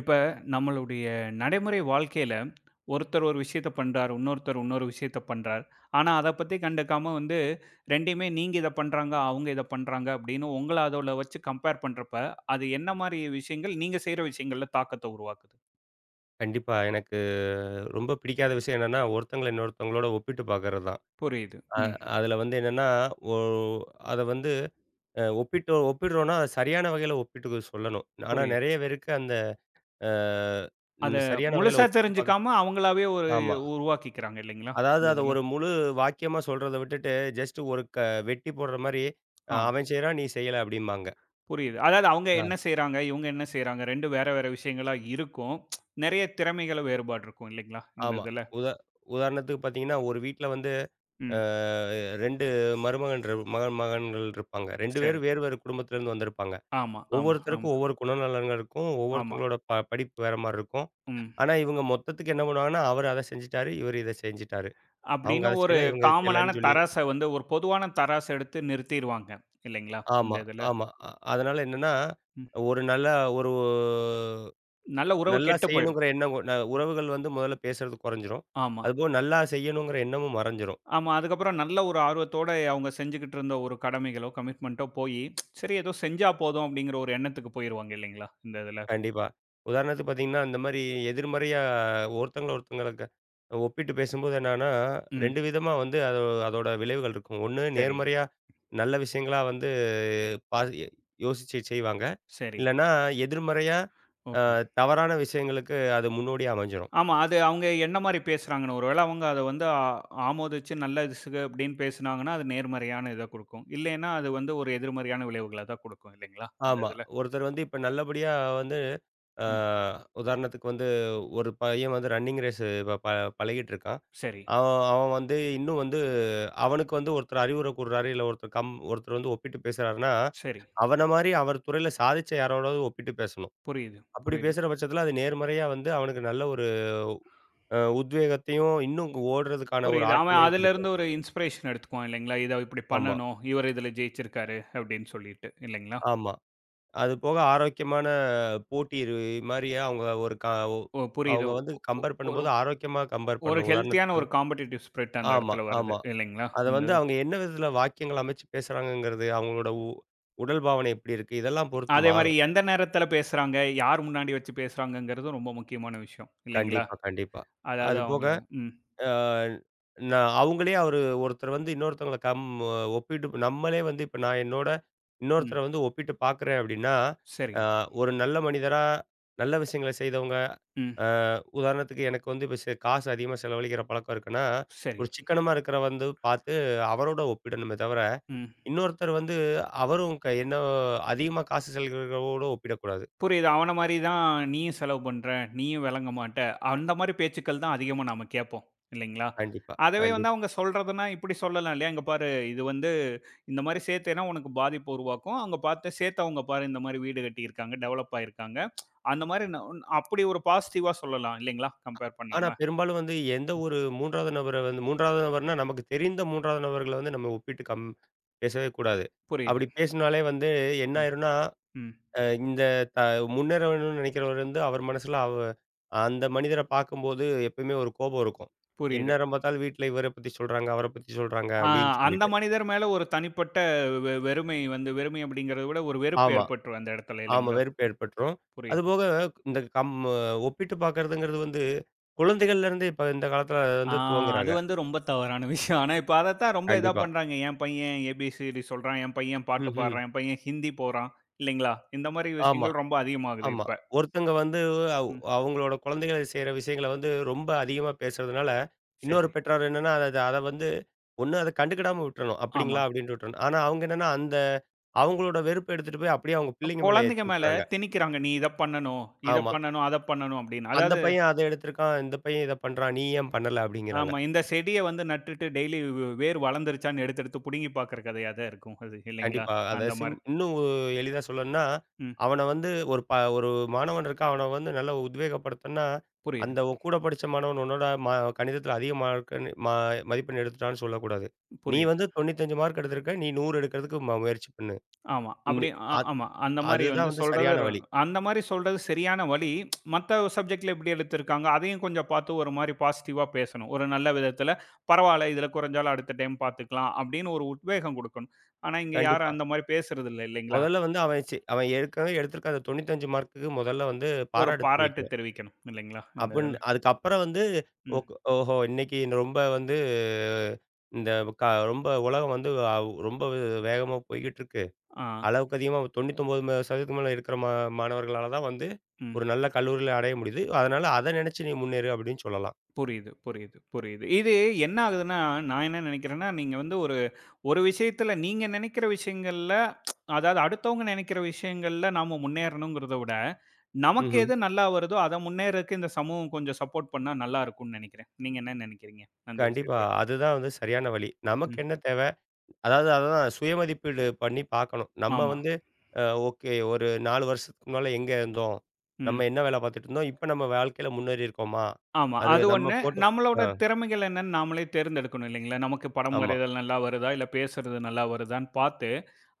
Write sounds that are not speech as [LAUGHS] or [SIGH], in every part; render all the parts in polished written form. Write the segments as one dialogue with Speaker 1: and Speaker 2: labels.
Speaker 1: இப்ப நம்மளுடைய நடைமுறை வாழ்க்கையில, ஒருத்தர் ஒரு விஷயத்த பண்றார். இன்னொருத்தர் இன்னொரு விஷயத்த பண்றார். ஆனா, அத பத்தி கண்டுக்காம வந்து 2யுமே நீங்க இத பண்றாங்க, அவங்க இத பண்றாங்க அப்படின்னு உங்கள அதோல வச்சு கம்பேர் பண்றப்ப, அது என்ன மாரி விஷயங்கள் நீங்க செய்ற விஷயங்கள்ல தாக்கத்த உருவாக்குது?
Speaker 2: கண்டிப்பா. எனக்கு ரொம்ப பிடிக்காத விஷயம் என்னன்னா, ஒருத்தங்கள இன்னொருத்தவங்களோட ஒப்பிட்டு பார்க்கறது தான்.
Speaker 1: புரியுது.
Speaker 2: அ
Speaker 1: ம்.
Speaker 2: அதுல வந்து என்னன்னா, ஒ அத வந்து ஒப்பிடுறோம்னா, அது சரியான வகையில ஒப்பிட்டு சொல்லணும். ஆனா
Speaker 1: புரியுது.
Speaker 2: நெறைய பேருக்கு அந்த அ
Speaker 1: அத
Speaker 2: ம் சரியான வகையில
Speaker 1: முழுசா
Speaker 2: ஒப்பிட்டு பார்க்க
Speaker 1: தெரிஞ்சுக்காம அவங்களாவே ஒரு
Speaker 2: ஆமா.
Speaker 1: உருவாக்கிக்கிறாங்க இல்லைங்களா?
Speaker 2: அதாவது
Speaker 1: இந்த
Speaker 2: அத
Speaker 1: இதுல.
Speaker 2: ஒரு முழு வாக்கியமா சொல்றத விட்டுட்டு, ஜஸ்ட் ஒரு வெட்டி போடுற மாரி,
Speaker 1: ஆ
Speaker 2: "அவன் செய்றான், நீ செய்யல" அப்படிம்பாங்க.
Speaker 1: புரியுது. அதாவது அவங்க என்ன செய்றாங்க, இவங்க என்ன செய்றாங்க 2 வேற வேற விஷயங்களா இருக்கும். நெறைய திறமைகள வேறுபாடு இருக்கும் இல்லைங்களா? இந்த
Speaker 2: ஆமா.
Speaker 1: இதுல.
Speaker 2: உதா உதாரணத்துக்கு பார்த்தீங்கன்னா, ஒரு வீட்ல வந்து அ
Speaker 1: ம்.
Speaker 2: 2 மருமகன் இரு மகன் மகன்கள் இருப்பாங்க. 2
Speaker 1: சரி.
Speaker 2: பேரும் வேறு வேறு குடும்பத்திலேருந்து வந்திருப்பாங்க.
Speaker 1: ஆமா, ஆமா, ஆமா,
Speaker 2: ஒவ்வொருத்தருக்கும் ஒவ்வொரு குணநலன்கள் இருக்கும்.
Speaker 1: ஆமா.
Speaker 2: ஒவ்வொருத்தவங்களோட படிப்பு வேற மாரி இருக்கும்.
Speaker 1: ம்.
Speaker 2: ஆனா, இவங்க மொத்தத்துக்கு என்ன பண்ணுவாங்கன்னா, அவரு அத செஞ்சுட்டாரு, இவரு இத செஞ்சுட்டாரு. அவங்க
Speaker 1: அப்படின்னு
Speaker 2: அத
Speaker 1: ஒரு
Speaker 2: செய்யல, இவங்க இத
Speaker 1: காமனான
Speaker 2: செய்யலன்னு சொல்லி
Speaker 1: தராச வந்து ஒரு பொதுவான தராச எடுத்து நிறுத்திருவாங்க. இல்லைங்களா? இந்த
Speaker 2: ஆமா,
Speaker 1: இதுல.
Speaker 2: ஆமா. அதனால என்னன்னா,
Speaker 1: ம்.
Speaker 2: ஒரு நல்ல ஒரு
Speaker 1: நல்ல உறவு
Speaker 2: நல்லா
Speaker 1: கெட்டு போயிரும்.
Speaker 2: செய்யணுங்கிற எண்ணம் கொ- ந உறவுகள் வந்து முதல்ல பேசுறது குறைஞ்சிரும்.
Speaker 1: ஆமா.
Speaker 2: அதுபோக நல்லா செய்யணுங்கிற எண்ணமும் மறைஞ்சிரும்.
Speaker 1: ஆமா. அதுக்கப்புறம் நல்ல ஒரு ஆர்வத்தோட அவங்க செஞ்சுகிட்டு இருந்த ஒரு கடமைகளோ, கமிட்மென்ட்டோ போயி, சரி ஏதோ செஞ்சா போதும் அப்படிங்கிற ஒரு எண்ணத்துக்கு போயிருவாங்க இல்லைங்களா? இந்த இதுல.
Speaker 2: கண்டிப்பா. உதாரணத்துக்கு பார்த்தீங்கன்னா, அந்த மாரி எதிர்மறையா ஒருத்தங்கள ஒருத்தங்களுக்கு ஒப்பிட்டு பேசும்போது என்னன்னா,
Speaker 1: ம்.
Speaker 2: 2 விதமா வந்து அதோட விளைவுகள் இருக்கும். ஒண்ணு
Speaker 1: சரி,
Speaker 2: நேர்மறையா நல்ல விஷயங்களா வந்து பா யோசிச்சு செய்வாங்க.
Speaker 1: சரி.
Speaker 2: இல்லன்னா எதிர்மறையா அ
Speaker 1: ஓகே.
Speaker 2: தவறான விஷயங்களுக்கு அது முன்னோடியா அமைஞ்சிரும்.
Speaker 1: ஆமா. அது அவங்க என்ன மாரி பேசுறாங்கன்னு. ஒரு வேள அவங்க அத வந்து ஆமோதிச்சு நல்லது அப்படின்னு பேசுனாங்கன்னா, அது நேர்மறையான இத குடுக்கும். இல்லைன்னா, அது வந்து ஒரு எதிர்மறையான விளைவுகள தான் குடுக்கும் இல்லைங்களா? இந்த
Speaker 2: ஆமா.
Speaker 1: இதுல.
Speaker 2: ஒருத்தர் வந்து இப்ப நல்லபடியா வந்து அ
Speaker 1: ம்.
Speaker 2: உதாரணத்துக்கு வந்து ஒரு பையன் வந்து ரன்னிங் ரேஸ் இப்ப பழகிட்டு இருக்கான்.
Speaker 1: சரி,
Speaker 2: அவன் அவன் வந்து இன்னும் வந்து அவனுக்கு வந்து ஒருத்தர் அறிவுரை கூர்றாரு, இல்ல ஒருத்தர் வந்து ஒப்பிட்டு பேசுறாருன்னா,
Speaker 1: சரி.
Speaker 2: அவன மாரி அவர் துறையில சாதிச்ச யாரோடாவது ஒப்பிட்டு பேசணும்.
Speaker 1: புரியுது,
Speaker 2: அப்படி
Speaker 1: புரியுது,
Speaker 2: பேசுற பட்சத்தில அது நேர்மறையா வந்து அவனுக்கு நல்ல ஒரு உத்வேகத்தையும், இன்னும் ஓடுறதுக்கான ஒரு
Speaker 1: புரியுது. அவன்
Speaker 2: ஆற்றலையும்
Speaker 1: அதிலிருந்து
Speaker 2: குடுக்கும்.
Speaker 1: ஒரு இன்ஸ்பிரேஷன் எடுத்துக்குவான் இல்லைங்களா? இத இப்படி
Speaker 2: ஆமா,
Speaker 1: பண்ணணும். இவர் இதுல ஜெயிச்சிருக்காரு அப்படின்னு சொல்லிட்டு இல்லைங்களா?
Speaker 2: ஆமா. அது போக ஆரோக்கியமான போட்டி இது மாரியே அவங்க ஒரு க ஒ
Speaker 1: ஓ புரியுது.
Speaker 2: அவங்க வந்து கம்பேர்
Speaker 1: ஒரு
Speaker 2: பண்ணும்போது ஆரோக்கியமா கம்பேர்
Speaker 1: ஒரு
Speaker 2: பண்ணணும்.
Speaker 1: ஹெல்த்தியான
Speaker 2: உதாரணத்துக்கு
Speaker 1: ஒரு
Speaker 2: வந்து
Speaker 1: காம்படிட்டிவ் ஸ்பிரிட் அந்த
Speaker 2: ஆமா,
Speaker 1: இடத்துல வருது
Speaker 2: ஆமா.
Speaker 1: இல்லைங்களா?
Speaker 2: அத
Speaker 1: இந்த
Speaker 2: வந்து
Speaker 1: இது.
Speaker 2: அவங்க என்ன விதத்தில வாக்கியங்கள் அமைச்சு பேசுறாங்கங்கிறது, அவங்களோட உடல் பாவனை எப்படி இருக்கு? இதெல்லாம் பொறுத்து
Speaker 1: அதே மாரி
Speaker 2: மாறும்.
Speaker 1: எந்த நேரத்துல பேசுறாங்க, யார் முன்னாடி வச்சு பேசுறாங்கங்கிறதும் ரொம்ப முக்கியமான விஷயம் இல்லைங்களா?
Speaker 2: கண்டிப்பா, கண்டிப்பா.
Speaker 1: அதாவது
Speaker 2: அதுபோக,
Speaker 1: அவங்கள ம்,
Speaker 2: அ நான் அவங்களே அவரு ஒருத்தர் வந்து இன்னொருத்தவங்கள கம் ஒப்பிட்டு நம்மளே வந்து இப்ப நான் என்னோட இன்னொருத்தர
Speaker 1: ம்.
Speaker 2: வந்து ஒப்பிட்டு பார்க்குறேன் அப்டின்னா,
Speaker 1: சரி.
Speaker 2: அ ஒரு நல்ல மனிதரா, நல்ல விஷயங்கள செய்தவங்க,
Speaker 1: ம்.
Speaker 2: அ உதாரணத்துக்கு எனக்கு வந்து இப்ப காசு அதிகமா செலவழிக்கிற பழக்கம் இருக்குன்னா,
Speaker 1: சரி.
Speaker 2: ஒரு சிக்கனமா இருக்கிற வந்து பார்த்து அவரோட ஒப்பிடணுமே தவிர,
Speaker 1: ம்.
Speaker 2: இன்னொருத்தர் வந்து அவரும் க என்ன அதிகமா காசு செலவழிக்கிறவரோட ஒப்பிடக்கூடாது.
Speaker 1: புரியுது. அவன மாரி தான் நீயும் செலவு பண்ற, நீயும் விளங்க மாட்ட. அந்த மாரி பேச்சுக்கள் தான் அதிகமா நாம கேட்போம். இல்லைங்களா?
Speaker 2: கண்டிப்பா,
Speaker 1: அதவே வந்து
Speaker 2: கண்டிப்பா.
Speaker 1: அவங்க சொல்றதுன்னா, இப்படி சொல்லலாம் இல்லையா? "இங்க பாரு இது வந்து இந்த மாரி சேர்த்தேன்னா உனக்கு பாதிப்பு உருவாக்கும். அங்க பார்த்து சேர்த்தவங்க பாரு இந்த மாரி வீடு கட்டியிருக்காங்க, டெவலப் ஆயிருக்காங்க." அந்த மாரி அப்படி ஒரு பாசிட்டிவா சொல்லலாம் இல்லைங்களா? கம்பேர்
Speaker 2: ஆனா,
Speaker 1: பண்ணாம.
Speaker 2: பெரும்பாலும் வந்து எந்த ஒரு 3வது நபர வந்து 3வது நபர்னா நமக்கு தெரிந்த 3வது நபர்கள வந்து நம்ம ஒப்பிட்டு பேசவே கூடாது.
Speaker 1: புரியுது.
Speaker 2: அப்படி பேசினாலே வந்து என்ன
Speaker 1: ம்,
Speaker 2: ஆயிரும்னா,
Speaker 1: ம்.
Speaker 2: அ இந்த த முன்னேற வேணும்னு நினைக்கிறவர் வந்து அவர் மனசுல அந்த மனிதர பார்க்கும்போது எப்பயுமே ஒரு கோபம் இருக்கும்.
Speaker 1: புரியுது.
Speaker 2: எந்நேரம் பார்த்தாலும் வீட்ல இவர பத்தி சொல்றாங்க, அவர பத்தி சொல்றாங்க
Speaker 1: ஆ
Speaker 2: அப்படின்னு
Speaker 1: அந்த
Speaker 2: சொல்லிட்டு.
Speaker 1: மனிதர் மேல ஒரு தனிப்பட்ட வெறுமை வந்து வெறுமை அப்படிங்கிறத விட ஒரு வெறுப்பு
Speaker 2: ஆமா,
Speaker 1: ஏற்பட்டுரும் அந்த இடத்துல
Speaker 2: ஆமா.
Speaker 1: இல்லைங்களா?
Speaker 2: வெறுப்பு ஏற்பட்டுரும்.
Speaker 1: புரியுது.
Speaker 2: அதுபோக இந்த ஒப்பிட்டு பார்க்கறதுங்கிறது வந்து குழந்தைகள்ல இருந்தே இப்ப இந்த காலத்துல
Speaker 1: ஆ
Speaker 2: வந்து
Speaker 1: அது
Speaker 2: துவங்குறாங்க.
Speaker 1: வந்து ரொம்ப தவறான விஷயம். ஆனா இப்ப அதத்தான் ரொம்ப இதா
Speaker 2: கண்டிப்பா.
Speaker 1: பண்றாங்க. என் பையன் ஏபிசிடி சொல்றான், என் பையன் பாட்டு
Speaker 2: ம்ஹ்ம்.
Speaker 1: பாடுறான், என் பையன் ஹிந்தி போறான் இல்லைங்களா? இந்த மாரி
Speaker 2: ஆமா.
Speaker 1: விஷயங்கள் ரொம்ப அதிகமாகுது
Speaker 2: ஆமா.
Speaker 1: இப்ப.
Speaker 2: ஒருத்தங்க வந்து
Speaker 1: ம்
Speaker 2: அவங்களோட குழந்தைகள் செய்ற விஷயங்கள வந்து ரொம்ப அதிகமா பேசுறதுனால,
Speaker 1: சரி.
Speaker 2: இன்னொரு பெற்றோர் என்னன்னா, அத அத வந்து ஒண்ணு அத கண்டுக்கிடாம விட்டுறணும்.
Speaker 1: ஆமா.
Speaker 2: "அப்படிங்களா?" அப்படின்ட்டு விட்டுறணும். ஆனா அவங்க என்னன்னா, அவங்களோட வெறுப்ப எடுத்துட்டு போய் அப்படியே அவங்க பிள்ளைங்க மேல
Speaker 1: குழந்தைங்க
Speaker 2: ஏத்தி
Speaker 1: மேல
Speaker 2: விட்டுறாங்க.
Speaker 1: திணிக்கிறாங்க. நீ இத பண்ணணும், இத
Speaker 2: ஆமா.
Speaker 1: பண்ணணும், அத பண்ணணும் அப்படின்னு.
Speaker 2: "அந்த
Speaker 1: அதாவது
Speaker 2: பையன் அத எடுத்திருக்கான். இந்த பையன் இத பண்றான். நீ ஏன் பண்ணல?" அப்படிங்கிறாங்க.
Speaker 1: ஆமா இந்த செடிய வந்து நட்டுட்டு டெய்லி வேர் வளர்ந்துருச்சான்னு எடுத்து எடுத்து புடுங்கி பார்க்கிற கதையா தான் இருக்கும் அது இல்லைங்களா?
Speaker 2: கண்டிப்பா. அத
Speaker 1: அந்த
Speaker 2: சிம்
Speaker 1: மாரி.
Speaker 2: இன்னும் எளிதா சொல்லணும்னா, அவன வந்து ஒரு மாணவன் இருக்கான். அவன வந்து நல்லா உத்வேகப்படுத்தணும்னா,
Speaker 1: புரியுது,
Speaker 2: அந்த உன் கூட படிச்ச மாணவன் உன்னோட கணிதத்தில அதிக மார்க்குன்னு ம மதிப்பெண் எடுத்துட்டான்னு சொல்லக்கூடாது. நீ
Speaker 1: புரியுது.
Speaker 2: வந்து 95 மார்க் எடுத்திருக்க. நீ 100 எடுக்கிறதுக்கு முயற்சி பண்ணு.
Speaker 1: ஆமா.
Speaker 2: இன்னி
Speaker 1: அப்படி
Speaker 2: அத்
Speaker 1: ஆமா. அந்த மாரி வந்து
Speaker 2: அதுதான் வந்து
Speaker 1: சொல்றது
Speaker 2: சரியான வழி.
Speaker 1: அந்த மாரி சொல்றது சரியான வழி. மத்த சப்ஜெக்ட்ல எப்படி எடுத்திருக்காங்க, அதையும் கொஞ்சம் பார்த்து ஒரு மாரி பாசிட்டிவா பேசணும். ஒரு நல்ல விதத்தில, "பரவால்ல, இதுல குறைஞ்சாலும் அடுத்த டைம் பார்த்துக்கலாம்." அப்படின்னு ஒரு உத்வேகம் குடுக்கணும். ஆனா, இங்க யாரும்
Speaker 2: கண்டிப்பா.
Speaker 1: அந்த மாரி பேசுறதில்ல இல்லைங்களா?
Speaker 2: முதல்ல வந்து அவன் ஏற்கனவே எடுத்திருக்க அந்த 95 மார்க்குக்கு முதல்ல வந்து
Speaker 1: ஒரு
Speaker 2: பாராட்டு
Speaker 1: பாராட்டு
Speaker 2: தெரிவிக்கணும்.
Speaker 1: தெரிவிக்கணும் இல்லைங்களா? இந்த
Speaker 2: அப்புட்ன்
Speaker 1: இதுல.
Speaker 2: அதுக்கப்புறம் வந்து
Speaker 1: ம்.
Speaker 2: ஓஹோ! இன்னைக்கு இந்த ரொம்ப வந்து இந்த க ரொம்ப உலகம் வந்து ரொம்ப வேகமா போய்க்கிட்டு இருக்கு.
Speaker 1: ஆ.
Speaker 2: அளவுக்கு அதிகமா 99% மேல இருக்கிற மாணவர்களால தான் வந்து
Speaker 1: ம்.
Speaker 2: ஒரு நல்ல கல்லூரியில அடைய முடியுது. அதனால அத நினைச்சு நீ முன்னேறு அப்படின்னு சொல்லலாம்.
Speaker 1: புரியுது, புரியுது, புரியுது. இது என்ன ஆகுதுன்னா, நான் என்ன நினைக்கிறேன்னா, நீங்க வந்து ஒரு ஒரு விஷயத்துல நீங்க நினைக்கிற விஷயங்கள்ல அதாவது அடுத்தவங்க நினைக்கிற விஷயங்கள்ல நாம முன்னேறணுங்கிறத விட, நமக்கு
Speaker 2: ம்ஹ்ம்.
Speaker 1: எது நல்லா வருதோ, அத முன்னேறக்கு இந்த சமூகம் கொஞ்சம் சப்போர்ட் பண்ணா நல்லா இருக்கும்னு நெனைக்கிறேன். நீங்க என்ன நெனைக்கிறீங்க? அந்த
Speaker 2: கண்டிப்பா.
Speaker 1: விஷயத்துல.
Speaker 2: அதுதான் வந்து சரியான வழி. நமக்கு
Speaker 1: ம்.
Speaker 2: என்ன தேவ? அதாவது அதான் சுய மதிப்பீடு பண்ணி பார்க்கணும். நம்ம
Speaker 1: ஆமா.
Speaker 2: வந்து ஓகே ஒரு 4 வருஷத்துக்கு முன்னால எங்க இருந்தோம்?
Speaker 1: ம்.
Speaker 2: நம்ம என்ன வேலை பார்த்துட்டு இருந்தோம்? இப்ப நம்ம வாழ்க்கையில முன்னேறி இருக்கோமா?
Speaker 1: ஆமா.
Speaker 2: அது
Speaker 1: அது
Speaker 2: நம்ம
Speaker 1: ஒண்ணு.
Speaker 2: போட்டு
Speaker 1: நம்மளோட
Speaker 2: அ
Speaker 1: திறமைகள் என்னன்னு நாமளே தேர்ந்தெடுக்கணும் இல்லைங்களா? நமக்கு படம்
Speaker 2: ஆமா.
Speaker 1: வரைதல் நல்லா வருதா? இல்ல பேசுறது நல்லா வருதான்னு பார்த்து,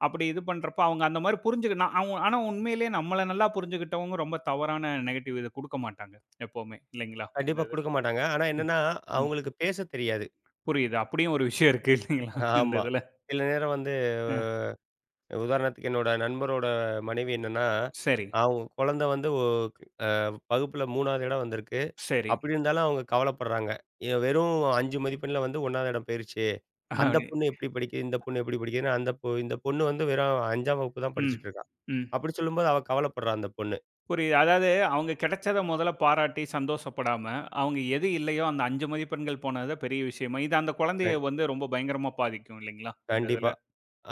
Speaker 1: அப்படி இது பண்றப்ப அவங்க அந்த மாரி புரிஞ்சுக்க நான் அவங்க ஆனா உண்மையிலேயே நம்மள நல்லா புரிஞ்சுக்கிட்டவங்க ரொம்ப தவறான நெகட்டிவ் இத குடுக்க மாட்டாங்க. எப்பவுமே இல்லைங்களா? இந்த
Speaker 2: கண்டிப்பா
Speaker 1: இது.
Speaker 2: குடுக்க மாட்டாங்க. ஆனா என்னன்னா,
Speaker 1: ம்.
Speaker 2: அவங்களுக்கு பேச தெரியாது.
Speaker 1: புரியுது. அப்படியும் ஒரு விஷயம் இருக்கு இல்லைங்களா? இந்த
Speaker 2: ஆமா.
Speaker 1: இதுல.
Speaker 2: சில நேரம் வந்து
Speaker 1: அ
Speaker 2: உதாரணத்துக்கு என்னோட நண்பரோட மனைவி என்னன்னா,
Speaker 1: சரி,
Speaker 2: அவங்க குழந்தை வந்து வகுப்புல 3வது இடம் வந்திருக்கு.
Speaker 1: சரி.
Speaker 2: அப்படி இருந்தாலும் அவங்க கவலைப்படுறாங்க. வெறும் 5 மதிப்பெண்ல வந்து 1வது இடம் போயிருச்சு. அந்த
Speaker 1: அப்படி
Speaker 2: பொண்ணு எப்படி படிக்குது? இந்த பொண்ணு எப்படி படிக்குதுன்னு அந்த பொ இந்த பொண்ணு வந்து வெறும் 5ஆம் வகுப்பு தான்
Speaker 1: ம்,
Speaker 2: படிச்சுட்டு இருக்கா.
Speaker 1: ம்.
Speaker 2: அப்படி சொல்லும்போது அவ கவலைப்படுறா அந்த பொண்ணு.
Speaker 1: புரியுது. அதாவது அவங்க கிடைச்சத முதல்ல பாராட்டி சந்தோஷப்படாம, அவங்க எது இல்லையோ அந்த 5 மதிப்பெண்கள் போனது தான் பெரிய விஷயமா இது அந்த குழந்தைய
Speaker 2: கண்
Speaker 1: வந்து ரொம்ப பயங்கரமா பாதிக்கும் இல்லைங்களா? இந்த
Speaker 2: கண்டிப்பா.
Speaker 1: இதுல.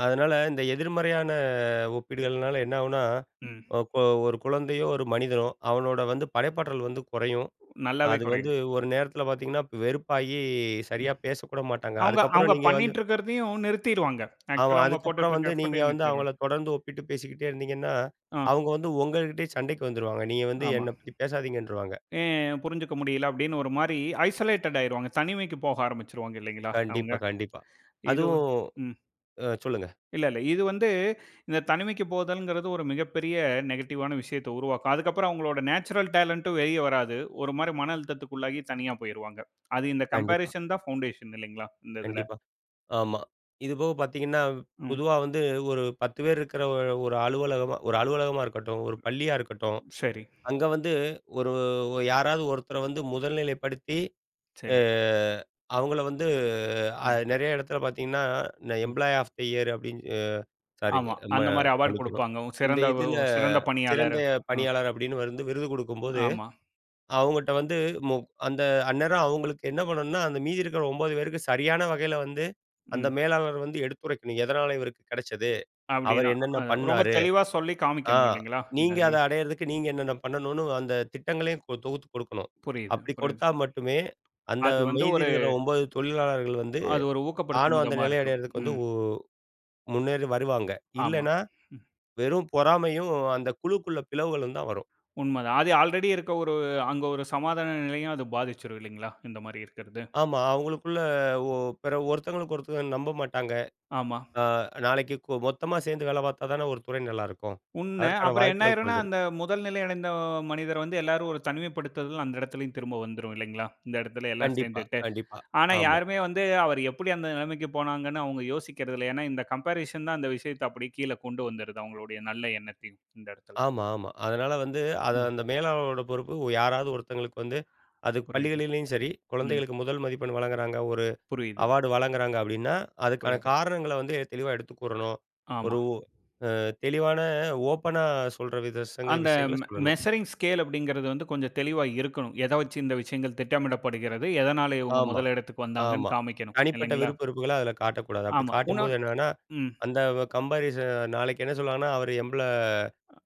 Speaker 2: அதனால இந்த எதிர்மறையான ஒப்பீடுகள்னால என்ன ஆகும்னா,
Speaker 1: ம்.
Speaker 2: அ கொ ஒரு குழந்தையோ, ஒரு மனிதனோ அவனோட வந்து படைப்பாற்றல் வந்து குறையும்.
Speaker 1: நல்லாவே
Speaker 2: அது வந்து
Speaker 1: குறையும்.
Speaker 2: ஒரு நேரத்தில பார்த்தீங்கன்னா, வெறுப்பாகி சரியா பேசக்கூட மாட்டாங்க.
Speaker 1: அவங்க அவங்க
Speaker 2: அதுக்கப்புறம் நீங்க வந்து
Speaker 1: பண்ணிட்டு இருக்கிறதையும் நிறுத்திருவாங்க.
Speaker 2: ஆமா.
Speaker 1: ஆக்சுவலா அவங்க போட்டுட்டு
Speaker 2: அதுக்கப்புறம் வந்து
Speaker 1: இருக்க
Speaker 2: நீங்க
Speaker 1: எஃபோர்ட்டையும்
Speaker 2: வந்து
Speaker 1: நிறுத்திருவாங்க.
Speaker 2: அவங்கள தொடர்ந்து ஒப்பிட்டு பேசிக்கிட்டே இருந்தீங்கன்னா,
Speaker 1: ஆ,
Speaker 2: அவங்க வந்து உங்ககிட்டயே சண்டைக்கு வந்துருவாங்க. நீங்க வந்து
Speaker 1: ஆமா.
Speaker 2: என்ன பத்தி பேசாதீங்கன்ருவாங்க.
Speaker 1: ஏன் புரிஞ்சுக்க முடியல அப்படின்னு ஒரு மாரி ஐசோலேட்டட் ஆயிருவாங்க. தனிமைக்கு போக ஆரம்பிச்சுருவாங்க இல்லைங்களா அவங்க?
Speaker 2: கண்டிப்பா, கண்டிப்பா.
Speaker 1: இது
Speaker 2: அதுவும்
Speaker 1: ம்.
Speaker 2: சொல்லுங்க.
Speaker 1: இல்ல, இல்ல. இது வந்து இந்த தனிமைக்கு போதல்ங்கிறது ஒரு மிகப்பெரிய நெகட்டிவான விஷயத்த உருவாக்கும். அதுக்கப்புறம் அவங்களோட நேச்சுரல் டேலண்ட்டும் வெளிய வராது. ஒரு மாரி மன அழுத்தத்துக்குள்ளாகி தனியா போயிருவாங்க. அது இந்த
Speaker 2: கண்டிப்பா,
Speaker 1: கம்பேரிசன் தான் ஃபவுண்டேஷன் இல்லைங்களா? இந்த இதுல.
Speaker 2: கண்டிப்பா. ஆமா. இது போக பார்த்தீங்கன்னா,
Speaker 1: ம்.
Speaker 2: பொதுவா வந்து ஒரு 10 பேர் இருக்கிற ஒரு ஒரு அலுவலகமா இருக்கட்டும், ஒரு பள்ளியா இருக்கட்டும்,
Speaker 1: சரி,
Speaker 2: அங்க வந்து ஒரு யாராவது ஒருத்தர வந்து முதல்நிலைப்படுத்தி, அ
Speaker 1: சரி.
Speaker 2: அவங்கள வந்து
Speaker 1: ம்,
Speaker 2: நெறைய இடத்துல பார்த்தீங்கன்னா, இந்த
Speaker 1: ம்.
Speaker 2: எம்ப்ளாயி ஆஃப் த இயர் அப்படின்னு சாரி
Speaker 1: ஆமா.
Speaker 2: ம
Speaker 1: அந்த மாரி அவார்ட்
Speaker 2: மன்னிக்கணும்.
Speaker 1: குடுப்பாங்க.
Speaker 2: இந்த
Speaker 1: சிறந்த
Speaker 2: இதுல
Speaker 1: சிறந்த
Speaker 2: சிறந்த
Speaker 1: பணியாளர். ம்.
Speaker 2: பணியாளர் அப்படின்னு வந்து விருது குடுக்கும்போது,
Speaker 1: ஆமா.
Speaker 2: அவங்கட்ட வந்து மு அந்த அந்நேரம் அவங்களுக்கு என்ன பண்ணணும்னா, அந்த மீதி இருக்கிற 9 பேருக்கு சரியான வகையில வந்து, அந்த
Speaker 1: ம்.
Speaker 2: மேலாளர் வந்து எடுத்துரைக்கணும். எதனால இவருக்கு கிடைச்சது? அவர்
Speaker 1: அப்டின்னா,
Speaker 2: என்னென்ன
Speaker 1: அ ரொம்ப
Speaker 2: பண்ணாரு?
Speaker 1: தெளிவா சொல்லி
Speaker 2: ஆ
Speaker 1: காமிக்கணும் இல்லைங்களா? இந்த
Speaker 2: நீங்க
Speaker 1: இதுல.
Speaker 2: அத அடையறதுக்கு நீங்க என்னென்ன பண்ணணும்னு அந்த திட்டங்களையும் தொகுத்து குடுக்கணும்.
Speaker 1: புரியுது,
Speaker 2: அப்படி
Speaker 1: புரியுது.
Speaker 2: கொடுத்தா மட்டுமே, அந்த
Speaker 1: அது வந்து
Speaker 2: மீதி
Speaker 1: ஒரு
Speaker 2: இருக்கிற 9 தொழிலாளர்கள் வந்து,
Speaker 1: அது ஒரு ஊக்கப்படுத்தும்
Speaker 2: தானும் அந்த
Speaker 1: விதமா
Speaker 2: நிலை
Speaker 1: இருக்கும்.
Speaker 2: அடையறதுக்கு வந்து
Speaker 1: ம்.
Speaker 2: முன்னேறி வருவாங்க.
Speaker 1: ஆமா.
Speaker 2: இல்லன்னா வெறும் பொறாமையும், அந்த குழுக்குள்ள பிளவுகளும் தான் வரும்.
Speaker 1: உண்மதான். அது ஆல்ரெடி இருக்க ஒரு அங்க ஒரு சமாதான நிலையும் அது பாதிச்சுரும் இல்லைங்களா? இந்த மாரி இருக்கிறது.
Speaker 2: ஆமா. அவங்களுக்குள்ள ஒ பிற ஒருத்தங்களுக்கு ஒருத்தங்க நம்ப மாட்டாங்க.
Speaker 1: ஆமா.
Speaker 2: ஆ நாளைக்கு மொத்தமா சேர்ந்து வேலை பார்த்தா தானே ஒரு துறை நல்லாருக்கும்.
Speaker 1: உண்ம.
Speaker 2: அதற்கான
Speaker 1: அப்புறம் என்ன
Speaker 2: வாய்ப்புகள்
Speaker 1: ஆயிரும்னா,
Speaker 2: குறைஞ்சிரும்.
Speaker 1: அந்த முதல் நிலை அடைந்த மனிதர் வந்து எல்லாரும் ஒரு தனிமைப்படுத்துதல் அந்த இடத்துலயும் திரும்ப வந்துரும் இல்லைங்களா? இந்த இடத்துல எல்லாம்
Speaker 2: கண்டிப்பா,
Speaker 1: சேர்ந்துட்டு.
Speaker 2: கண்டிப்பா.
Speaker 1: ஆனா
Speaker 2: ஆமா,
Speaker 1: யாருமே வந்து அவர் எப்படி அந்த நிலைமைக்கு போனாங்கன்னு அவங்க யோசிக்கிறது இல்ல. ஏன்னா இந்த கம்பேரிசன் தான் அந்த விஷயத்த அப்படியே கீழ கொண்டு வந்துருது அவங்களுடைய நல்ல எண்ணத்தையும் இந்த இடத்துல.
Speaker 2: ஆமா, ஆமா. அதனால வந்து அத
Speaker 1: ம்.
Speaker 2: அந்த மேலாளரோட பொறுப்பு யாராவது ஒருத்தங்களுக்கு வந்து அது
Speaker 1: புரியுது.
Speaker 2: பள்ளிகளிலயும் சரி,
Speaker 1: ம்.
Speaker 2: குழந்தைகளுக்கு முதல் மதிப்பெண் வழங்குறாங்க, ஒரு
Speaker 1: புரியுது,
Speaker 2: அவார்டு வழங்குறாங்க அப்டின்னா, அதுக்கான
Speaker 1: புரியுது.
Speaker 2: காரணங்கள வந்து தெளிவா எடுத்து கூறணும்.
Speaker 1: ஆமா.
Speaker 2: ஒரு தெளிவான ஓப்பனா சொல்ற வித
Speaker 1: அந்த
Speaker 2: விஷயங்கள சொல்லணும்.
Speaker 1: மெஷரிங் ஸ்கேல் அப்படிங்கிறது வந்து கொஞ்சம் தெளிவா இருக்கணும். எத வச்சு இந்த விஷயங்கள் திட்டமிடப்படுகிறது? எதனால இவங்க
Speaker 2: ஆமா.
Speaker 1: முதல் இடத்துக்கு
Speaker 2: ஆமா.
Speaker 1: வந்தாங்கன்னு காமிக்கணும்.
Speaker 2: தனிப்பட்ட
Speaker 1: இல்லைங்களா?
Speaker 2: விருப்ப வெறுப்புகள அதுல காட்டக்கூடாது. அப்படி
Speaker 1: ஆமா.
Speaker 2: காட்டும்போது என்னன்னா,
Speaker 1: ம்.
Speaker 2: அந்த வ கம்பேரிசன் நாளைக்கு என்ன சொல்லுவாங்கன்னா, அவரு எம்பள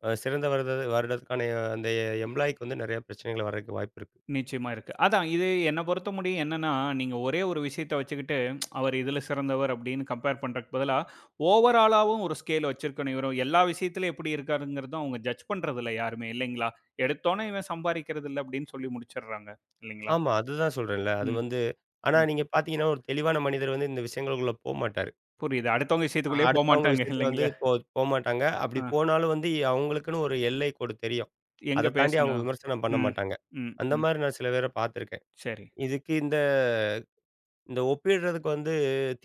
Speaker 2: அ சிறந்த வருடத்துக்கான அந்த எம்ப்ளாயிக்கு வந்து நெறைய பிரச்சனைகள் வர்றதுக்கு வாய்ப்பு இருக்கு.
Speaker 1: நிச்சயமா இருக்கு. அதான் இது என்ன பொறுத்தமுடியும் என்னன்னா, நீங்க ஒரே ஒரு விஷயத்த வச்சுக்கிட்டு, அவர் இதுல சிறந்தவர் அப்படின்னு கம்பேர் பண்றதுக்கு பதிலா, ஓவராலாவும் ஒரு ஸ்கேல் வச்சிருக்கணும். இவரு எல்லா விஷயத்திலும் எப்படி இருக்காருங்கிறதும் அவங்க ஜட்ஜ் பண்றதில்ல யாருமே இல்லைங்களா? எடுத்தோனே இவன் சம்பாரிக்கிறது இல்ல அப்படின்னு சொல்லி முடிச்சுடுறாங்க. இல்லைங்களா?
Speaker 2: ஆமா. அதுதான் சொல்றேன்ல. அது
Speaker 1: ம்,
Speaker 2: வந்து ஆனா
Speaker 1: ம்.
Speaker 2: நீங்க பார்த்தீங்கன்னா, ஒரு தெளிவான மனிதர் வந்து இந்த விஷயங்களுக்குள்ள போமாட்டாரு.
Speaker 1: புரியுது. அடுத்தவங்க விஷயத்துக்குள்ளேயே
Speaker 2: அடுத்தவங்க
Speaker 1: போமாட்டாங்க
Speaker 2: விஷயத்துல வந்து
Speaker 1: இல்லைங்களா?
Speaker 2: போமாட்டாங்க. அப்படி
Speaker 1: ஆ.
Speaker 2: போனாலும் வந்து அவங்களுக்குன்னு ஒரு எல்லை கோடு தெரியும்.
Speaker 1: எங்க
Speaker 2: அத தாண்டி அவங்க
Speaker 1: பேசணும்?
Speaker 2: விமர்சனம் பண்ண
Speaker 1: ம்.
Speaker 2: மாட்டாங்க.
Speaker 1: ம்.
Speaker 2: அந்த
Speaker 1: ம்.
Speaker 2: மாரி நான் சில பேர பார்த்துருக்கேன்.
Speaker 1: சரி.
Speaker 2: இதுக்கு இந்த இந்த ஒப்பிடுறதுக்கு வந்து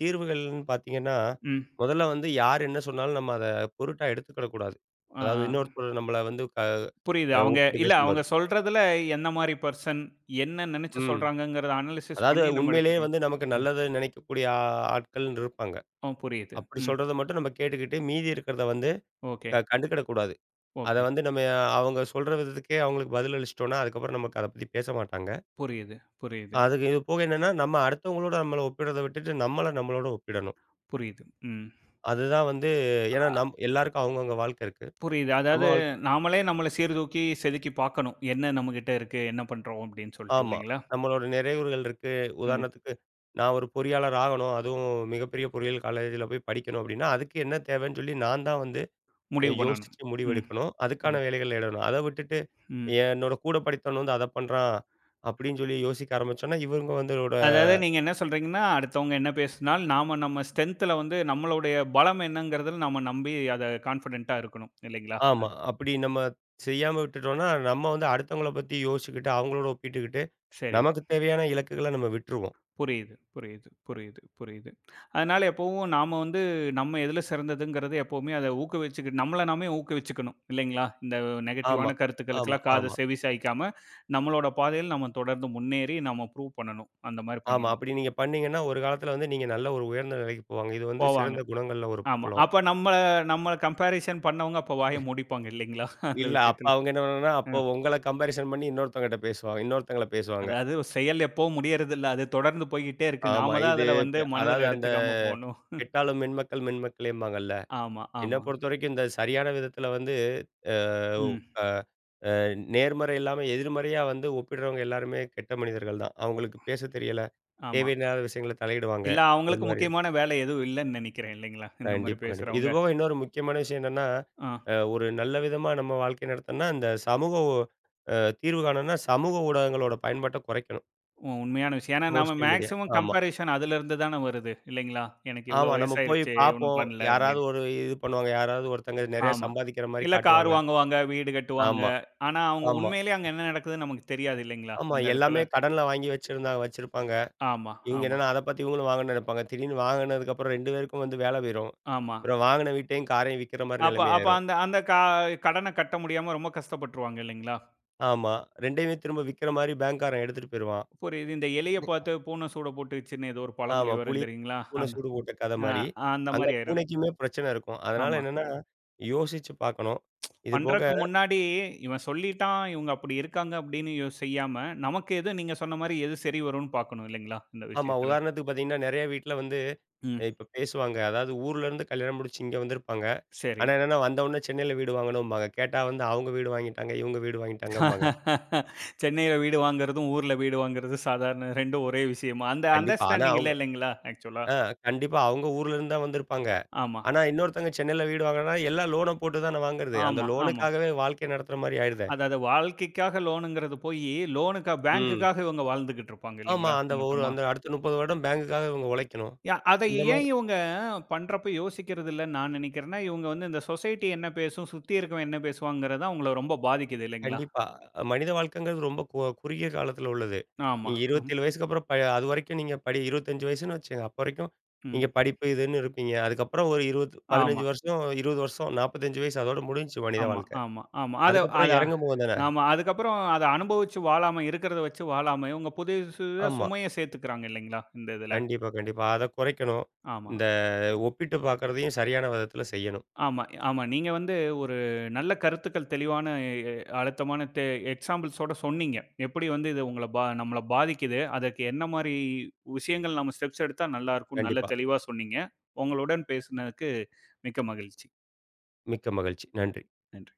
Speaker 2: தீர்வுகள்ன்னு பார்த்தீங்கன்னா,
Speaker 1: ம்.
Speaker 2: முதல்ல வந்து யார் என்ன சொன்னாலும் நம்ம அத பொருட்டா எடுத்துக்கிடக்கூடாது.
Speaker 1: ஆ.
Speaker 2: அதாவது இன்னொருத்தர் நம்மள வந்து க
Speaker 1: புரியுது.
Speaker 2: அ
Speaker 1: அவங்க
Speaker 2: ஒப்பிட்டு
Speaker 1: இல்ல அவங்க
Speaker 2: பேசும்போது.
Speaker 1: சொல்றதுல என்ன மாரி பெர்சன், என்ன நெனச்சு
Speaker 2: ம்.
Speaker 1: சொல்றாங்கங்கறத அனலிசிஸ்
Speaker 2: அதாவது
Speaker 1: பண்ணி நம்ம
Speaker 2: உண்மையிலேயே
Speaker 1: எடுத்துக்கணும்.
Speaker 2: வந்து நமக்கு
Speaker 1: ம்.
Speaker 2: நல்லது நினைக்கக்கூடிய ஆட்கள்ன்னு இருப்பாங்க.
Speaker 1: ஓ புரியுது.
Speaker 2: அப்படி
Speaker 1: ம்.
Speaker 2: சொல்றத மட்டும் நம்ம கேட்டுக்கிட்டு, மீதி இருக்கிறத வந்து
Speaker 1: ஓகே.
Speaker 2: கண்டுக்கிடக்கூடாது. அத
Speaker 1: ஓகே.
Speaker 2: வந்து நம்ம அவங்க சொல்ற விதத்துக்கே அவங்களுக்கு பதில் அளிச்சிட்டோம்னா, அதுக்கப்புறம் நமக்கு அத பத்தி பேச மாட்டாங்க.
Speaker 1: புரியுது, புரியுது,
Speaker 2: அதுக்கு இது போக என்னன்னா, நம்ம அடுத்தவங்களோட நம்மள ஒப்பிடுறத விட்டுட்டு, நம்மள நம்மளோட ஒப்பிடணும்.
Speaker 1: புரியுது. ம்.
Speaker 2: அதுதான் வந்து ஏன்னா எல்லாருக்கும் அவங்கவங்க வாழ்க்கை இருக்கு.
Speaker 1: புரியுது.
Speaker 2: நம்ம
Speaker 1: அதாவது
Speaker 2: வாழ்க்கை
Speaker 1: நாமளே நம்மள சீர்தூக்கி, செதுக்கி பாக்கணும். என்ன நம்மகிட்ட இருக்கு? என்ன பண்றோம்? அப்டின்னு சொல்ட்டு
Speaker 2: ஆமா.
Speaker 1: இல்லைங்களா?
Speaker 2: நம்மளோட நிறைவுகள் இருக்கு.
Speaker 1: ம்.
Speaker 2: உதாரணத்துக்கு, நான் ஒரு பொறியாளர் ஆகணும். அதுவும் மிகப்பெரிய பொறியியல் காலேஜில போய் படிக்கணும் அப்டின்னா, அதுக்கு என்ன தேவைன்னு சொல்லி நான் தான் வந்து
Speaker 1: முடிவு பண்ணணும்.
Speaker 2: யோசிச்சு
Speaker 1: ம்.
Speaker 2: முடிவெடுக்கணும்.
Speaker 1: புரி
Speaker 2: அதுக்கான வேலைகள் தேடணும். அத விட்டுட்டு,
Speaker 1: ம்.
Speaker 2: என்னோட கூட படித்தவன் வந்து அத பண்றான். அப்டின்னு சொல்லி யோசிக்க ஆரம்பிச்சோம்னா, இவங்க வந்தோட
Speaker 1: அதாவது நீங்க என்ன சொல்றீங்கன்னா, அடுத்தவங்க என்ன பேசினால், நாம நம்ம ஸ்ட்ரென்த்துல வந்து நம்மளுடைய பலம் என்னங்கிறதுல நம்ம நம்பி அத கான்ஃபிடென்ட்டா இருக்கணும். இல்லைங்களா?
Speaker 2: ஆமா. அப்டி நம்ம செய்யாம விட்டுட்டோம்னா, நம்ம வந்து அடுத்தவங்கள பத்தி யோசிச்சுக்கிட்டு, அவங்களோட ஒப்பிட்டுக்கிட்டு,
Speaker 1: சரி.
Speaker 2: நமக்கு தேவையான இலக்குகள நம்ம விட்டுருவோம்.
Speaker 1: புரியுது, புரியுது, புரியுது, புரியுது. அதனால எப்பவும் நாம வந்து நம்ம எதுல சிறந்ததுங்கிறது எப்பவுமே அத ஊக்குவிச்சுக்க நம்மள நாமே ஊக்குவிச்சுக்கணும். இல்லைங்களா? இந்த
Speaker 2: ஆமா,
Speaker 1: நெகட்டிவான
Speaker 2: ஆமா,
Speaker 1: கருத்துக்களுக்கெல்லாம் காத
Speaker 2: ஆமா.
Speaker 1: செவி சாய்க்காம, நம்மளோட பாதையில நம்ம தொடர்ந்து முன்னேறி நம்ம ப்ரூவ் பண்ணணும். அந்த மாரி
Speaker 2: ஆமா.
Speaker 1: பண்ணணும்.
Speaker 2: அப்படி நீங்க பண்ணீங்கன்னா, ஒரு காலத்துல வந்து நீங்க நல்ல ஒரு உயர்ந்த நிலைக்கு போவாங்க. இது வந்து
Speaker 1: போவாங்க.
Speaker 2: சிறந்த குணங்கள்ல ஒரு
Speaker 1: ஆமா.
Speaker 2: புலம்.
Speaker 1: அப்ப நம்மள நம்மள கம்பேரிசன் பண்ணவங்க அப்ப வாய மூடிப்பாங்க இல்லைங்களா? அந்த
Speaker 2: இல்ல, அப்ப
Speaker 1: விஷயத்துல.
Speaker 2: அவங்க என்ன பண்ணணும்னா,
Speaker 1: அ.
Speaker 2: அப்போ உங்கள கம்பேரிசன் பண்ணி இன்னொருத்தவங்கட்ட பேசுவாங்க. இன்னொருத்தங்கள பேசுவாங்க.
Speaker 1: அதாவது ஒரு செயல் எப்பவும் முடியறதில்ல. அது தொடர்ந்து போய்க்கிட்டே இருக்கு.
Speaker 2: ஆமா.
Speaker 1: நாம தான்
Speaker 2: இது
Speaker 1: அதுல வந்து
Speaker 2: பெ அதாவது
Speaker 1: மனதில எடுத்துக்காம போணும்.
Speaker 2: கெட்டாலும் மென்மக்கள் மென்மக்களேம்பாங்கல்ல.
Speaker 1: ஆமா,
Speaker 2: என்ன
Speaker 1: ஆமா.
Speaker 2: பொறுத்தவரைக்கும் இந்த சரியான விதத்துல வந்து அ உ
Speaker 1: ம்.
Speaker 2: அ அ நேர்மறை இல்லாம எதிர்மறையா வந்து ஒப்பிடுறவங்க எல்லாருமே கெட்ட மனிதர்கள் தான். அவங்களுக்கு பேசத் தெரியல,
Speaker 1: ஆமா.
Speaker 2: தேவையில்லாத விஷயங்கள தலையிடுவாங்க.
Speaker 1: இல்ல
Speaker 2: இந்த
Speaker 1: அவங்களுக்கு
Speaker 2: மாரி
Speaker 1: முக்கியமான வேலை எதுவும் இல்லன்னு நெனைக்கிறேன் இல்லைங்களா? இந்த மாரி
Speaker 2: கண்டிப்பா, கண்டிப்பா.
Speaker 1: பேசுறவங்க.
Speaker 2: இதுபோக இன்னொரு முக்கியமான விஷயம் என்னன்னா,
Speaker 1: ஆ
Speaker 2: ஒரு நல்ல விதமா நம்ம வாழ்க்கை நடத்தணும்னா, இந்த சமூக ஊ அ தீர்வு காணணும்னா, சமூக ஊடகங்களோட பயன்பாட்ட குறைக்கணும்.
Speaker 1: உ- உண்மையான விஷயம். ஏன்னா நாம
Speaker 2: சோசியல் மீடியா.
Speaker 1: மேக்ஸிமம்
Speaker 2: ஆமா.
Speaker 1: கம்பேரிசன் அதிலிருந்து தான வருது இல்லைங்களா? எனக்கு இவ்ளோ
Speaker 2: ஆமா. நம்ம போய்
Speaker 1: வயசாயிருச்சே ஒண்ணும்
Speaker 2: பார்ப்போம்.
Speaker 1: பண்ணல
Speaker 2: யாராவது
Speaker 1: அப்படின்னு.
Speaker 2: ஒரு இது பண்ணுவாங்க. யாராவது ஒருத்தங்க நெறையா
Speaker 1: ஆமா.
Speaker 2: சம்பாதிக்கிற மாரி
Speaker 1: இல்ல கார்
Speaker 2: காட்டுவாங்க.
Speaker 1: வாங்குவாங்க, வீடு கட்டுவாங்க.
Speaker 2: ஆமா,
Speaker 1: ஆனா அவங்க
Speaker 2: ஆமா,
Speaker 1: உண்மையிலேயே அங்க என்ன நடக்குதுன்னு நமக்கு தெரியாது இல்லைங்களா?
Speaker 2: ஆமா.
Speaker 1: இந்த இடத்துல.
Speaker 2: எல்லாமே கடன்ல வாங்கி வச்சிருந்தாங்க வச்சிருப்பாங்க.
Speaker 1: ஆமா,
Speaker 2: இவங்க
Speaker 1: ஆமா,
Speaker 2: என்னன்னா அத பார்த்து இவங்களும் வாங்கணும்னு நெனைப்பாங்க. திடீர்னு வாங்குனதுக்கப்புறம் 2 பேருக்கும் வந்து வேல போயிரும்.
Speaker 1: ஆமா.
Speaker 2: அப்புறம் வாங்குன வீட்டையும், காரையும் விக்கிற மாரி
Speaker 1: அப்ப
Speaker 2: நிலைமை
Speaker 1: அப்ப
Speaker 2: ஆயிரும்.
Speaker 1: அந்த அந்த கடன கட்ட முடியாம ரொம்ப கஷ்டப்பட்டுருவாங்க இல்லைங்களா?
Speaker 2: ஆமா. 2யுமே திரும்ப விக்கிற மாரி பேங்க்காரன் எடுத்துட்டு போயிருவான்.
Speaker 1: புரியுது. இந்த எலிய பார்த்து பூனை சூட போட்டுச்சுன்னு ஏதோ ஒரு பழமொழி
Speaker 2: ஆமா.
Speaker 1: வரும் தெரியுங்களா?
Speaker 2: பூனை
Speaker 1: அந்த
Speaker 2: சூடு போட்ட கத
Speaker 1: அ
Speaker 2: மாரி.
Speaker 1: அந்த
Speaker 2: அங்க
Speaker 1: மாரி ஆயிரும்.
Speaker 2: பூனைக்குமே பிரச்சனை இருக்கும். அதனால
Speaker 1: ஆமா.
Speaker 2: என்னன்னா, யோசிச்சு பார்க்கணும். இது போக
Speaker 1: பண்றக்கு முன்னாடி இவன் சொல்லிட்டான், இவங்க அப்படி இருக்காங்க அப்படின்னு செய்யாம, நமக்கு எது நீங்க சொன்ன மாரி எது சரி வரும்னு பார்க்கணும் இல்லைங்களா? இந்த
Speaker 2: ஆமா.
Speaker 1: விஷயத்துல.
Speaker 2: உதாரணத்துக்கு பார்த்தீங்கன்னா, நெறைய வீட்ல வந்து
Speaker 1: ம்.
Speaker 2: இப்ப பேசுவாங்க. அதாவது ஊர்லருந்து கல்யாணம் முடிச்சு இங்க வந்திருப்பாங்க.
Speaker 1: சரி.
Speaker 2: ஆனா என்னன்னா, வந்தவுடனே சென்னையில வீடு வாங்கணும்பாங்க. கேட்டா வந்து அவங்க வீடு வாங்கிட்டாங்க, இவங்க வீடு வாங்கிட்டாங்கம்பாங்க.
Speaker 1: [LAUGHS] சென்னையில வீடு வாங்குறதும், ஊர்ல வீடு வாங்குறதும் சாதாரண 2ம் ஒரே விஷயமா? அந்த
Speaker 2: கண்டிப்பா. ஆனா
Speaker 1: அண்டர்ஸ்டாண்டிங் இல்ல
Speaker 2: அவங்க
Speaker 1: இல்லைங்களா? ஆக்சுவலா.
Speaker 2: ஆ கண்டிப்பா அவங்க ஊர்லருந்து தான் வந்திருப்பாங்க.
Speaker 1: ஆமா.
Speaker 2: ஆனா இன்னொருத்தவங்க சென்னையில வீடு வாங்குனா, எல்லாம் லோன போட்டு தானே வாங்குறது. அந்த
Speaker 1: ஆமா, ஆமா.
Speaker 2: லோனுக்காகவே வாழ்க்கைய நடத்துற மாரி ஆயிடுதே!
Speaker 1: அதாவது வாழ்க்கைக்காக லோனுங்கிறது போயி, லோனுக்கா
Speaker 2: ம்.
Speaker 1: பேங்குக்காக இவங்க வாழ்ந்துகிட்டு இருப்பாங்க
Speaker 2: ஆமா.
Speaker 1: இல்லைங்களா? மொத்தமா.
Speaker 2: அந்த அடுத்த 30 வருடம் பேங்குக்காக இவங்க உழைக்கணும்.
Speaker 1: ய அத
Speaker 2: இந்த
Speaker 1: ஏன்
Speaker 2: மாரி
Speaker 1: இவங்க பண்றப்ப யோசிக்கிறது இல்லன்னு நான் நினைக்கிறேன்னா, இவங்க வந்து இந்த சொசைட்டி என்ன பேசும், சுத்தி இருக்கவன் என்ன பேசுவாங்கிறது தான் அவங்கள ரொம்ப பாதிக்குது இல்லைங்களா?
Speaker 2: கண்டிப்பா. மனித வாழ்க்கைங்கிறது ரொம்ப குறுகிய காலத்தில உள்ளது.
Speaker 1: ஆமா,
Speaker 2: நீங்க
Speaker 1: ஆமா.
Speaker 2: 27 வயசுக்கு அப்புறம் அதுவரைக்கும் நீங்க 25 வயசுன்னு வச்சுக்கங்க. அப்ப வரைக்கும்
Speaker 1: ம்.
Speaker 2: நீங்க படிப்பு இதுன்னு இருப்பீங்க. அதுக்கப்புறம் ஒரு 20
Speaker 1: ஆமா,
Speaker 2: 15 வருஷம், 20 வருஷம், 45 வயசு அதோட முடிஞ்சுச்சு மனித
Speaker 1: ஆமா,
Speaker 2: வாழ்க்கை.
Speaker 1: ஆமா, ஆமா. அத
Speaker 2: அதுக்கப்புறம்
Speaker 1: அதான்.
Speaker 2: இறங்கும்போது தானே
Speaker 1: ஆமா. அதுக்கப்புறம் அத அனுபவிச்சு வாழாம இருக்கிறத வச்சு வாழாம, இவங்க புதுசு புதுசா
Speaker 2: ஆமா.
Speaker 1: சுமைய சேர்த்துக்கிறாங்க இல்லைங்களா? இந்த இதுல.
Speaker 2: கண்டிப்பா, கண்டிப்பா. அத குறைக்கணும்.
Speaker 1: ஆமா.
Speaker 2: இந்த ஒப்பிட்டு பார்க்கறதையும் சரியான விதத்தில செய்யணும்.
Speaker 1: ஆமா, ஆமா. நீங்க வந்து ஒரு நல்ல கருத்துக்கள் தெளிவான எ அழுத்தமான எக்ஸாம்பிள்ஸ் ஓட சொன்னீங்க. எப்படி வந்து இது உங்கள நம்மள பாதிக்குது, அதற்கு என்ன மாரி விஷயங்கள் நம்ம ஸ்டெப்ஸ் எடுத்தா நல்லாருக்கும், நல்ல
Speaker 2: கண்டிப்பா.
Speaker 1: தெளிவா சொன்னீங்க. உங்களுடன் பேசுனதுக்கு மிக்க மகிழ்ச்சி.
Speaker 2: மிக்க மகிழ்ச்சி. நன்றி.
Speaker 1: நன்றி.